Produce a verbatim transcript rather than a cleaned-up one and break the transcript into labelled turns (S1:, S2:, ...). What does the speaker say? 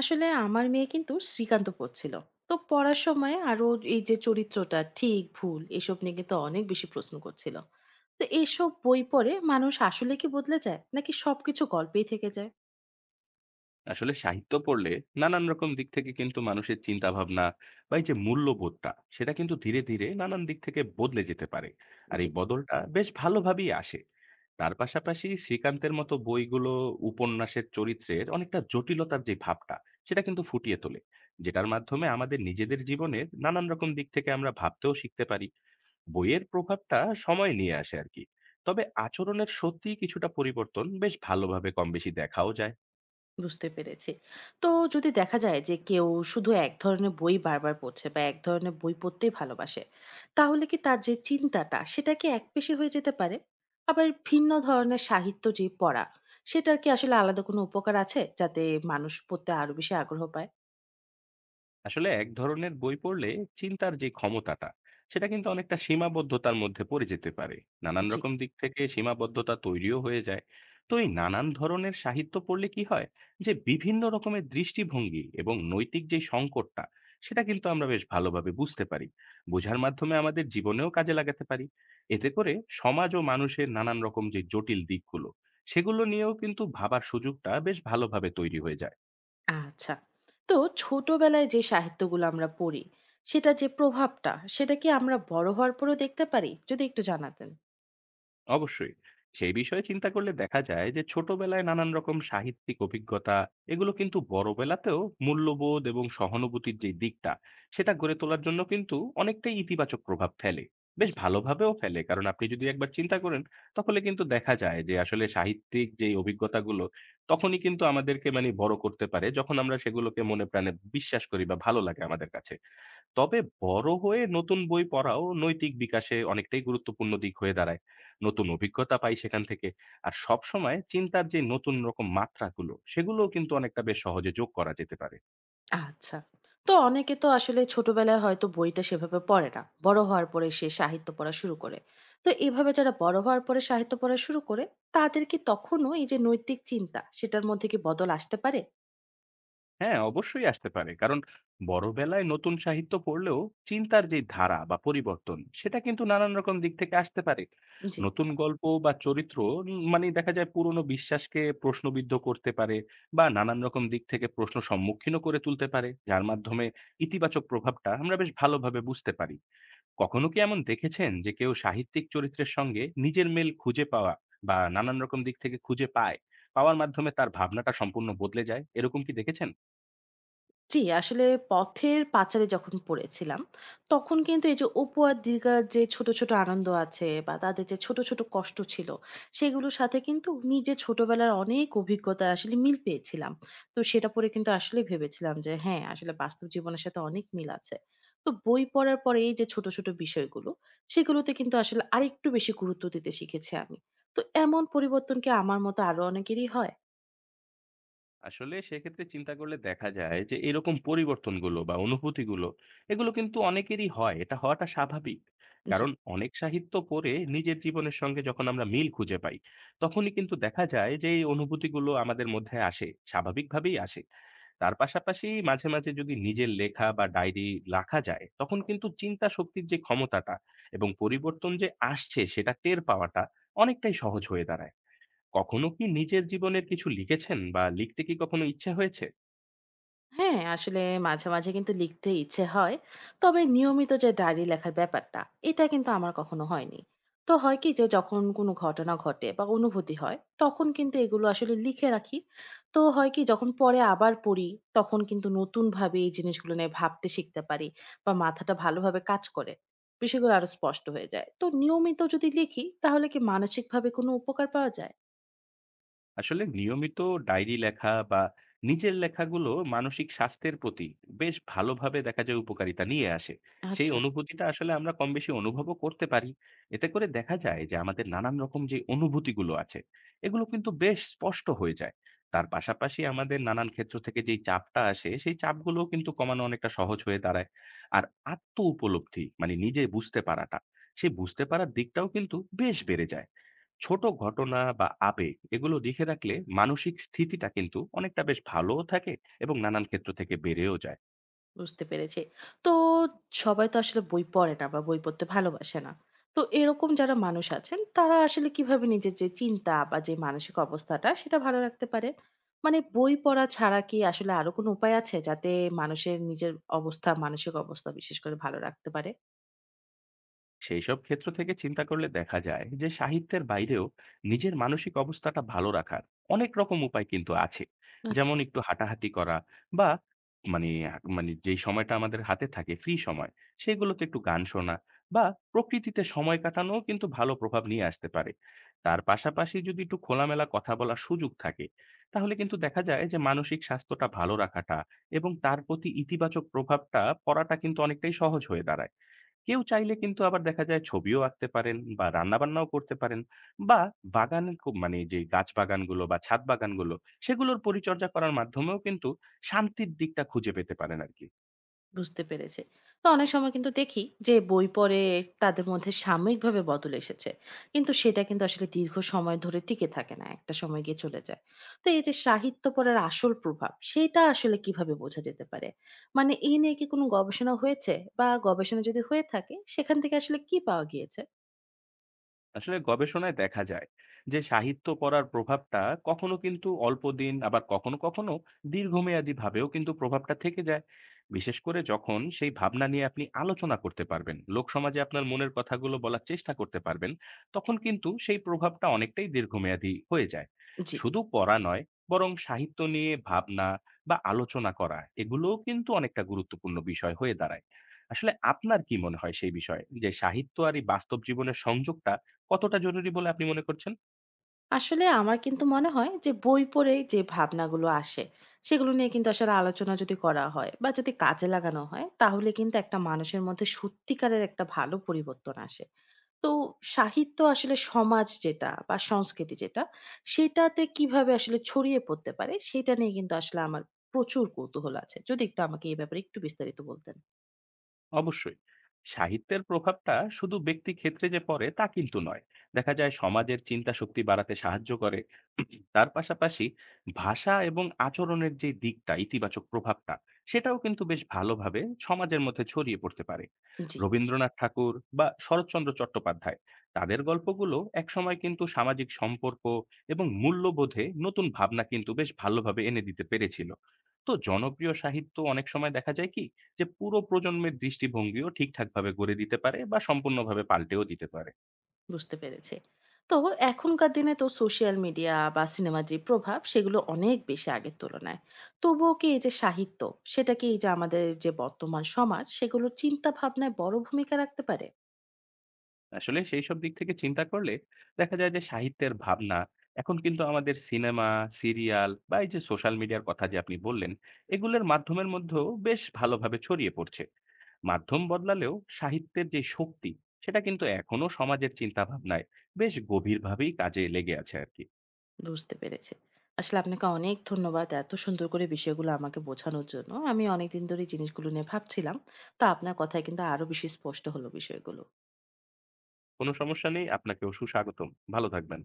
S1: আসলে আমার মেয়ে কিন্তু শ্রীকান্ত পড়ছিল। তো পড়ার সময় আরো এই যে চরিত্রটা ঠিক ভুল এসব নিয়ে কিন্তু অনেক বেশি প্রশ্ন করছিল। তো এসব বই পড়ে মানুষ আসলে কি বদলে যায় নাকি সবকিছু গল্পেই থেকে যায়?
S2: আসলে সাহিত্য পড়লে নানান রকম দিক থেকে কিন্তু মানুষের চিন্তা ভাবনা বা এই যে মূল্যবোধটা সেটা কিন্তু ধীরে ধীরে নানান দিক থেকে বদলে যেতে পারে। আর
S1: জি।
S2: এই বদলটা বেশ ভালোভাবেই আসে। তার পাশাপাশি শ্রীকান্তের মতো বইগুলো উপন্যাসের চরিত্রের অনেকটা জটিলতার যে ভাবটা সেটা কিন্তু ফুটিয়ে তোলে, যেটার মাধ্যমে আমাদের নিজেদের জীবনের নানান রকম দিক থেকে আমরা ভাবতেও শিখতে পারি। বইয়ের প্রভাবটা সময় নিয়ে আসে আর কি। তবে আচরণের সত্যিই কিছুটা পরিবর্তন বেশ ভালোভাবে কম বেশি দেখাও যায়।
S1: বুঝতে পেরেছি। তো যদি দেখা যায় যে কেউ শুধু এক ধরনের বই বারবার পড়ছে বা এক ধরনের বই পড়তেই ভালোবাসে, তাহলে কি তার যে চিন্তাটা সেটা কি একপেশে হয়ে যেতে পারে? আবার ভিন্ন ধরনের সাহিত্য যে পড়া, সেটার কি আসলে আলাদা কোনো উপকার আছে? যাতে মানুষ পড়তে আরো বেশি আগ্রহ পায়?
S2: আসলে এক ধরনের বই পড়লে চিন্তার যে ক্ষমতাটা সেটা কিন্তু অনেকটা সীমাবদ্ধতার মধ্যে পড়ে যেতে পারে। নানান
S1: জি,
S2: রকম দিক থেকে সীমাবদ্ধতা তৈরিও হয়ে যায়। তো এই নানান ধরনের সাহিত্য পড়লে কি হয়, যে বিভিন্ন রকমের দৃষ্টিভঙ্গি এবং নৈতিক যে সংকটটা সেটা কিন্তু আমরা বেশ ভালোভাবে বুঝতে পারি। বোঝার মাধ্যমে আমাদের জীবনেও কাজে লাগাতে পারি। এতে করে সমাজ ও মানুষের নানান রকম যে জটিল দিকগুলো সেগুলো নিয়েও কিন্তু ভাবার সুযোগটা বেশ ভালোভাবে তৈরি হয়ে যায়।
S1: আচ্ছা। তো ছোটবেলায় যে সাহিত্যগুলো আমরা পড়ি, সেটার যে প্রভাবটা সেটা কি আমরা বড় হওয়ার পরেও দেখতে পারি? যদি একটু জানাতেন।
S2: অবশ্যই, সেই বিষয়ে চিন্তা করলে দেখা যায় যে ছোটবেলায় নানান রকম সাহিত্যিক অভিজ্ঞতা এগুলো কিন্তু বড়বেলাতেও মূল্যবোধ এবং সহানুভূতির যে দিকটা সেটা গড়ে তোলার জন্য কিন্তু অনেকটাই ইতিবাচক প্রভাব ফেলে। বেশ
S1: জি।
S2: ভালোভাবেও ফেলে, কারণ আপনি যদি একবার চিন্তা করেন তাহলে কিন্তু দেখা যায় যে আসলে সাহিত্যিক যে অভিজ্ঞতাগুলো, তখনই কিন্তু আমাদেরকে মানে বড় করতে পারে যখন আমরা সেগুলোকে মনে প্রাণে বিশ্বাস করি বা ভালো লাগে আমাদের কাছে। তবে বড় হয়ে নতুন বই পড়াও নৈতিক বিকাশে অনেকটাই গুরুত্বপূর্ণ দিক হয়ে দাঁড়ায়। নতুন অভিজ্ঞতা পাই সেখান থেকে। আর সবসময় চিন্তার যে নতুন রকম মাত্রাগুলো, সেগুলোও কিন্তু অনেকটা বেশ সহজে যোগ করা যেতে পারে।
S1: আচ্ছা। তো অনেকে তো আসলে ছোটবেলায় হয়তো বইটা সেভাবে পড়ে না। বড় হওয়ার পরে সে সাহিত্য পড়া শুরু করে। তো এভাবে যারা বড় হওয়ার পরে সাহিত্য পড়া শুরু করে, তাদের কি তখনও এই যে নৈতিক চিন্তা, সেটার মধ্যে কি বদল আসতে পারে?
S2: হ্যাঁ, অবশ্যই আসতে পারে। কারণ বড়বেলায় নতুন সাহিত্য পড়লেও চিন্তার যে ধারা বা পরিবর্তন, সেটা কিন্তু নানান রকম দিক থেকে আসতে পারে।
S1: জি।
S2: নতুন গল্প বা চরিত্র উম মানে দেখা যায় পুরনো বিশ্বাসকে প্রশ্নবিদ্ধ করতে পারে বা নানান রকম দিক থেকে প্রশ্ন সম্মুখীনও করে তুলতে পারে, যার মাধ্যমে ইতিবাচক প্রভাবটা আমরা বেশ ভালোভাবে বুঝতে পারি। কখনো কি এমন দেখেছেন যে কেউ সাহিত্যিক চরিত্রের সঙ্গে নিজের মেল খুঁজে পাওয়া বা নানান রকম দিক থেকে খুঁজে পায়, পাওয়ার মাধ্যমে তার ভাবনাটা সম্পূর্ণ বদলে যায়? এরকম কি দেখেছেন?
S1: জি, আসলে পথের পাঁচালী যখন পড়েছিলাম, তখন কিন্তু এই যে অপু আর দীর্ঘার যে ছোট, ছোট আনন্দ আছে বা তাদের যে ছোট, ছোট কষ্ট ছিল, সেগুলোর সাথে কিন্তু নিজের ছোটবেলার অনেক অভিজ্ঞতা আসলে মিল পেয়েছিলাম। তো সেটা পড়ে কিন্তু আসলেই ভেবেছিলাম যে হ্যাঁ, আসলে বাস্তব জীবনের সাথে অনেক মিল আছে। তো বই পড়ার পরে এই যে ছোট, ছোট বিষয়গুলো, সেগুলোতে কিন্তু আসলে আরেকটু বেশি গুরুত্ব দিতে শিখেছি আমি। তো এমন পরিবর্তন কি আমার মতো আরো অনেকেরই হয়?
S2: আসলে সেক্ষেত্রে চিন্তা করলে দেখা যায় যে এরকম পরিবর্তনগুলো বা অনুভূতিগুলো এগুলো কিন্তু অনেকেরই হয়, এটা হওয়াটা স্বাভাবিক।
S1: জি।
S2: কারণ অনেক সাহিত্য পড়ে নিজের জীবনের সঙ্গে যখন আমরা মিল খুঁজে পাই তখনই কিন্তু দেখা যায় যে এই অনুভূতিগুলো আমাদের মধ্যে আসে, স্বাভাবিকভাবেই আসে। তার পাশাপাশি মাঝে মাঝে যদি নিজের লেখা বা ডায়েরি লেখা যায় তখন কিন্তু চিন্তা শক্তির যে ক্ষমতাটা এবং পরিবর্তন যে আসছে সেটা টের পাওয়াটা অনেকটাই সহজ হয়ে দাঁড়ায়। কখনো কি নিজের জীবনের কিছু লিখেছেন বা লিখতে কি কখনো ইচ্ছে হয়েছে?
S1: হ্যাঁ আসলে মাঝে মাঝে কিন্তু লিখতে ইচ্ছে হয়। তবে নিয়মিত যে ডায়েরি লেখার ব্যাপারটা এটা কিন্তু আমার কখনো হয়নি। তো হয় কি যে যখন কোনো ঘটনা ঘটে বা অনুভূতি হয় তখন কিন্তু এগুলো আসলে লিখে রাখি। তো হয় কি যখন পরে আবার পড়ি তখন কিন্তু নতুন ভাবে এই জিনিসগুলো নিয়ে ভাবতে শিখতে পারি বা মাথাটা ভালোভাবে কাজ করে, বিষয়গুলো আরো স্পষ্ট হয়ে যায়। তো নিয়মিত যদি লিখি তাহলে কি মানসিকভাবে কোনো উপকার পাওয়া যায়?
S2: আসলে নিয়মিত ডায়েরি লেখা বা নিজের লেখাগুলো মানসিক স্বাস্থ্যের প্রতি বেশ ভালোভাবে দেখা যায় উপকারিতা নিয়ে আসে। সেই
S1: আচ্ছা।
S2: অনুভূতিটা আসলে আমরা কম বেশি অনুভবও করতে পারি। এতে করে দেখা যায় যে আমাদের নানান রকম যে অনুভূতিগুলো আছে এগুলো কিন্তু বেশ স্পষ্ট হয়ে যায়। তার পাশাপাশি আমাদের নানান ক্ষেত্র থেকে যেই চাপটা আসে সেই চাপগুলোও কিন্তু কমানো অনেকটা সহজ হয়ে দাঁড়ায়। আর আত্ম উপলব্ধি মানে নিজে বুঝতে পারাটা, সেই বুঝতে পারার দিকটাও কিন্তু বেশ বেড়ে যায়। ছোট ঘটনা বা আবেগ এগুলো লিখে রাখলে মানসিক স্থিতিটা কিন্তু অনেকটা বেশ ভালোও থাকে এবং নানান ক্ষেত্র থেকে বেড়েও যায়।
S1: বুঝতে পেরেছি। তো সবাই তো আসলে বই পড়ে না বা বই পড়তে ভালোবাসে না। তো এরকম যারা মানুষ আছেন তারা আসলে কিভাবে নিজের যে চিন্তা বা যে মানসিক অবস্থাটা সেটা ভালো রাখতে পারে? মানে বই পড়া ছাড়া কি আসলে আরো কোনো উপায় আছে যাতে মানুষের নিজের অবস্থা, মানসিক অবস্থা বিশেষ করে ভালো রাখতে পারে?
S2: সেই সব ক্ষেত্র থেকে চিন্তা করলে দেখা যায় যে সাহিত্যের বাইরেও নিজের মানসিক অবস্থাটা ভালো রাখার অনেক রকম উপায় কিন্তু আছে। যেমন
S1: আচ্ছা।
S2: একটু হাঁটাহাঁটি করা বা মানে মানে যেই সময়টা আমাদের হাতে থাকে ফ্রি সময়, সেগুলোতে একটু গান শোনা বা প্রকৃতিতে সময় কাটানো কিন্তু ভালো প্রভাব নিয়ে আসতে পারে। তার পাশাপাশি যদি একটু খোলামেলা কথা বলার সুযোগ থাকে তাহলে কিন্তু দেখা যায় যে মানসিক স্বাস্থ্যটা ভালো রাখাটা এবং তার প্রতি ইতিবাচক প্রভাবটা পড়াটা কিন্তু অনেকটাই সহজ হয়ে দাঁড়ায়। কেউ চাইলে কিন্তু আবার দেখা যায় ছবিও আঁকতে পারেন বা রান্নাবান্নাও করতে পারেন, বা বাগানে খুব মানে যে গাছ বাগানগুলো বা ছাদ বাগানগুলো সেগুলোর পরিচর্যা করার মাধ্যমেও কিন্তু শান্তির দিকটা খুঁজে পেতে পারেন আর কি।
S1: বুঝতে পেরেছি। তো অনেক সময় কিন্তু দেখি যে বই পড়ে তাদের মধ্যে সাময়িকভাবে বদল এসেছে। কিন্তু সেটা কিন্তু আসলে দীর্ঘ সময় ধরে টিকে থাকে না। একটা সময় গিয়ে চলে যায়। তো এই যে সাহিত্য পড়ার আসল প্রভাব সেটা আসলে কিভাবে বোঝা যেতে পারে? মানে এই নিয়ে কি কোনো গবেষণা হয়েছে? বা গবেষণা যদি হয়ে থাকে সেখান থেকে আসলে কি পাওয়া গিয়েছে?
S2: আসলে গবেষণায় দেখা যায় যে সাহিত্য পড়ার প্রভাবটা কখনো কিন্তু অল্প দিন, আবার কখনো কখনো দীর্ঘমেয়াদী ভাবেও কিন্তু প্রভাবটা থেকে যায়। বিশেষ করে যখন সেই ভাবনা নিয়ে আপনি আলোচনা করতে পারবেন, লোকসমাজে আপনার মনের কথাগুলো বলার চেষ্টা করতে পারবেন, তখন কিন্তু সেই প্রভাবটা অনেকটাই দীর্ঘমেয়াদী হয়ে যায়।
S1: জি।
S2: শুধু পড়া নয়, বরং সাহিত্য নিয়ে ভাবনা বা আলোচনা করা এগুলোও কিন্তু অনেকটা গুরুত্বপূর্ণ বিষয় হয়ে দাঁড়ায়। আসলে আপনার কি মনে হয় সেই বিষয়ে, যে সাহিত্য আর এই বাস্তব জীবনের সংযোগটা কতটা জরুরি বলে আপনি মনে করছেন?
S1: আসলে আমার কিন্তু মনে হয় যে বই পড়ে যে ভাবনাগুলো আসে সেগুলো নিয়ে কিন্তু আসলে আলোচনা যদি করা হয় বা যদি কাজে লাগানো হয় তাহলে কিন্তু একটা মানুষের মধ্যে সত্যিকারের একটা ভালো পরিবর্তন আসে। তো সাহিত্য আসলে সমাজ যেটা বা সংস্কৃতি যেটা সেটাতে কিভাবে আসলে ছড়িয়ে পড়তে পারে সেটা নিয়ে কিন্তু আসলে আমার প্রচুর কৌতূহল আছে। যদি একটু আমাকে এই ব্যাপারে একটু বিস্তারিত বলতেন।
S2: অবশ্যই, সাহিত্যের প্রভাবটা শুধু ব্যক্তি ক্ষেত্রে যে পড়ে তা কিন্তু নয়। দেখা যায় সমাজের চিন্তা শক্তি বাড়াতে সাহায্য করে। তার পাশাপাশি ভাষা এবং আচরণের যে দিকটা ইতিবাচক প্রভাবটা, সেটাও কিন্তু বেশ ভালোভাবে সমাজের মধ্যে ছড়িয়ে পড়তে পারে।
S1: জি।
S2: রবীন্দ্রনাথ ঠাকুর বা শরৎচন্দ্র চট্টোপাধ্যায়, তাদের গল্পগুলো একসময় কিন্তু সামাজিক সম্পর্ক এবং মূল্যবোধে নতুন ভাবনা কিন্তু বেশ ভালোভাবে এনে দিতে পেরেছিল। তো জনপ্রিয় সাহিত্য অনেক সময় দেখা যায় কি যে পুরো প্রজন্মের দৃষ্টিভঙ্গিও ঠিকঠাকভাবে গড়ে দিতে পারে বা সম্পূর্ণভাবে পাল্টেও দিতে পারে।
S1: বুঝতে পেরেছি। তো এখনকার দিনে তো সোশ্যাল মিডিয়া বা সিনেমার যে প্রভাব সেগুলো অনেক বেশি আগের তুলনায়। তবুও কি এই যে সাহিত্য সেটা কি এই যে আমাদের যে বর্তমান সমাজ সেগুলোর চিন্তা ভাবনায় বড় ভূমিকা রাখতে পারে?
S2: আসলে সেই সব দিক থেকে চিন্তা করলে দেখা যায় যে সাহিত্যের ভাবনা এখন কিন্তু আমাদের সিনেমা, সিরিয়াল বা এই যে সোশ্যাল মিডিয়ার কথা যে আপনি বললেন, এগুলোর মাধ্যমের মধ্যেও বেশ ভালোভাবে ছড়িয়ে পড়ছে। মাধ্যম বদলালেও সাহিত্যের যে শক্তি, সেটা কিন্তু এখনো সমাজের চিন্তাভাবনায় বেশ গভীরভাবেই কাজে লেগে আছে আরকি।
S1: বুঝতে পেরেছি। আসলে আপনাকে অনেক ধন্যবাদ এত সুন্দর করে বিষয়গুলো আমাকে বোঝানোর জন্য। আমি অনেকদিন ধরে এই জিনিসগুলো নিয়ে ভাবছিলাম। তো আপনার কথায় কিন্তু আরো বেশি স্পষ্ট হলো বিষয়গুলো।
S2: কোনো সমস্যা নেই, আপনাকেও সুস্বাগতম। ভালো থাকবেন।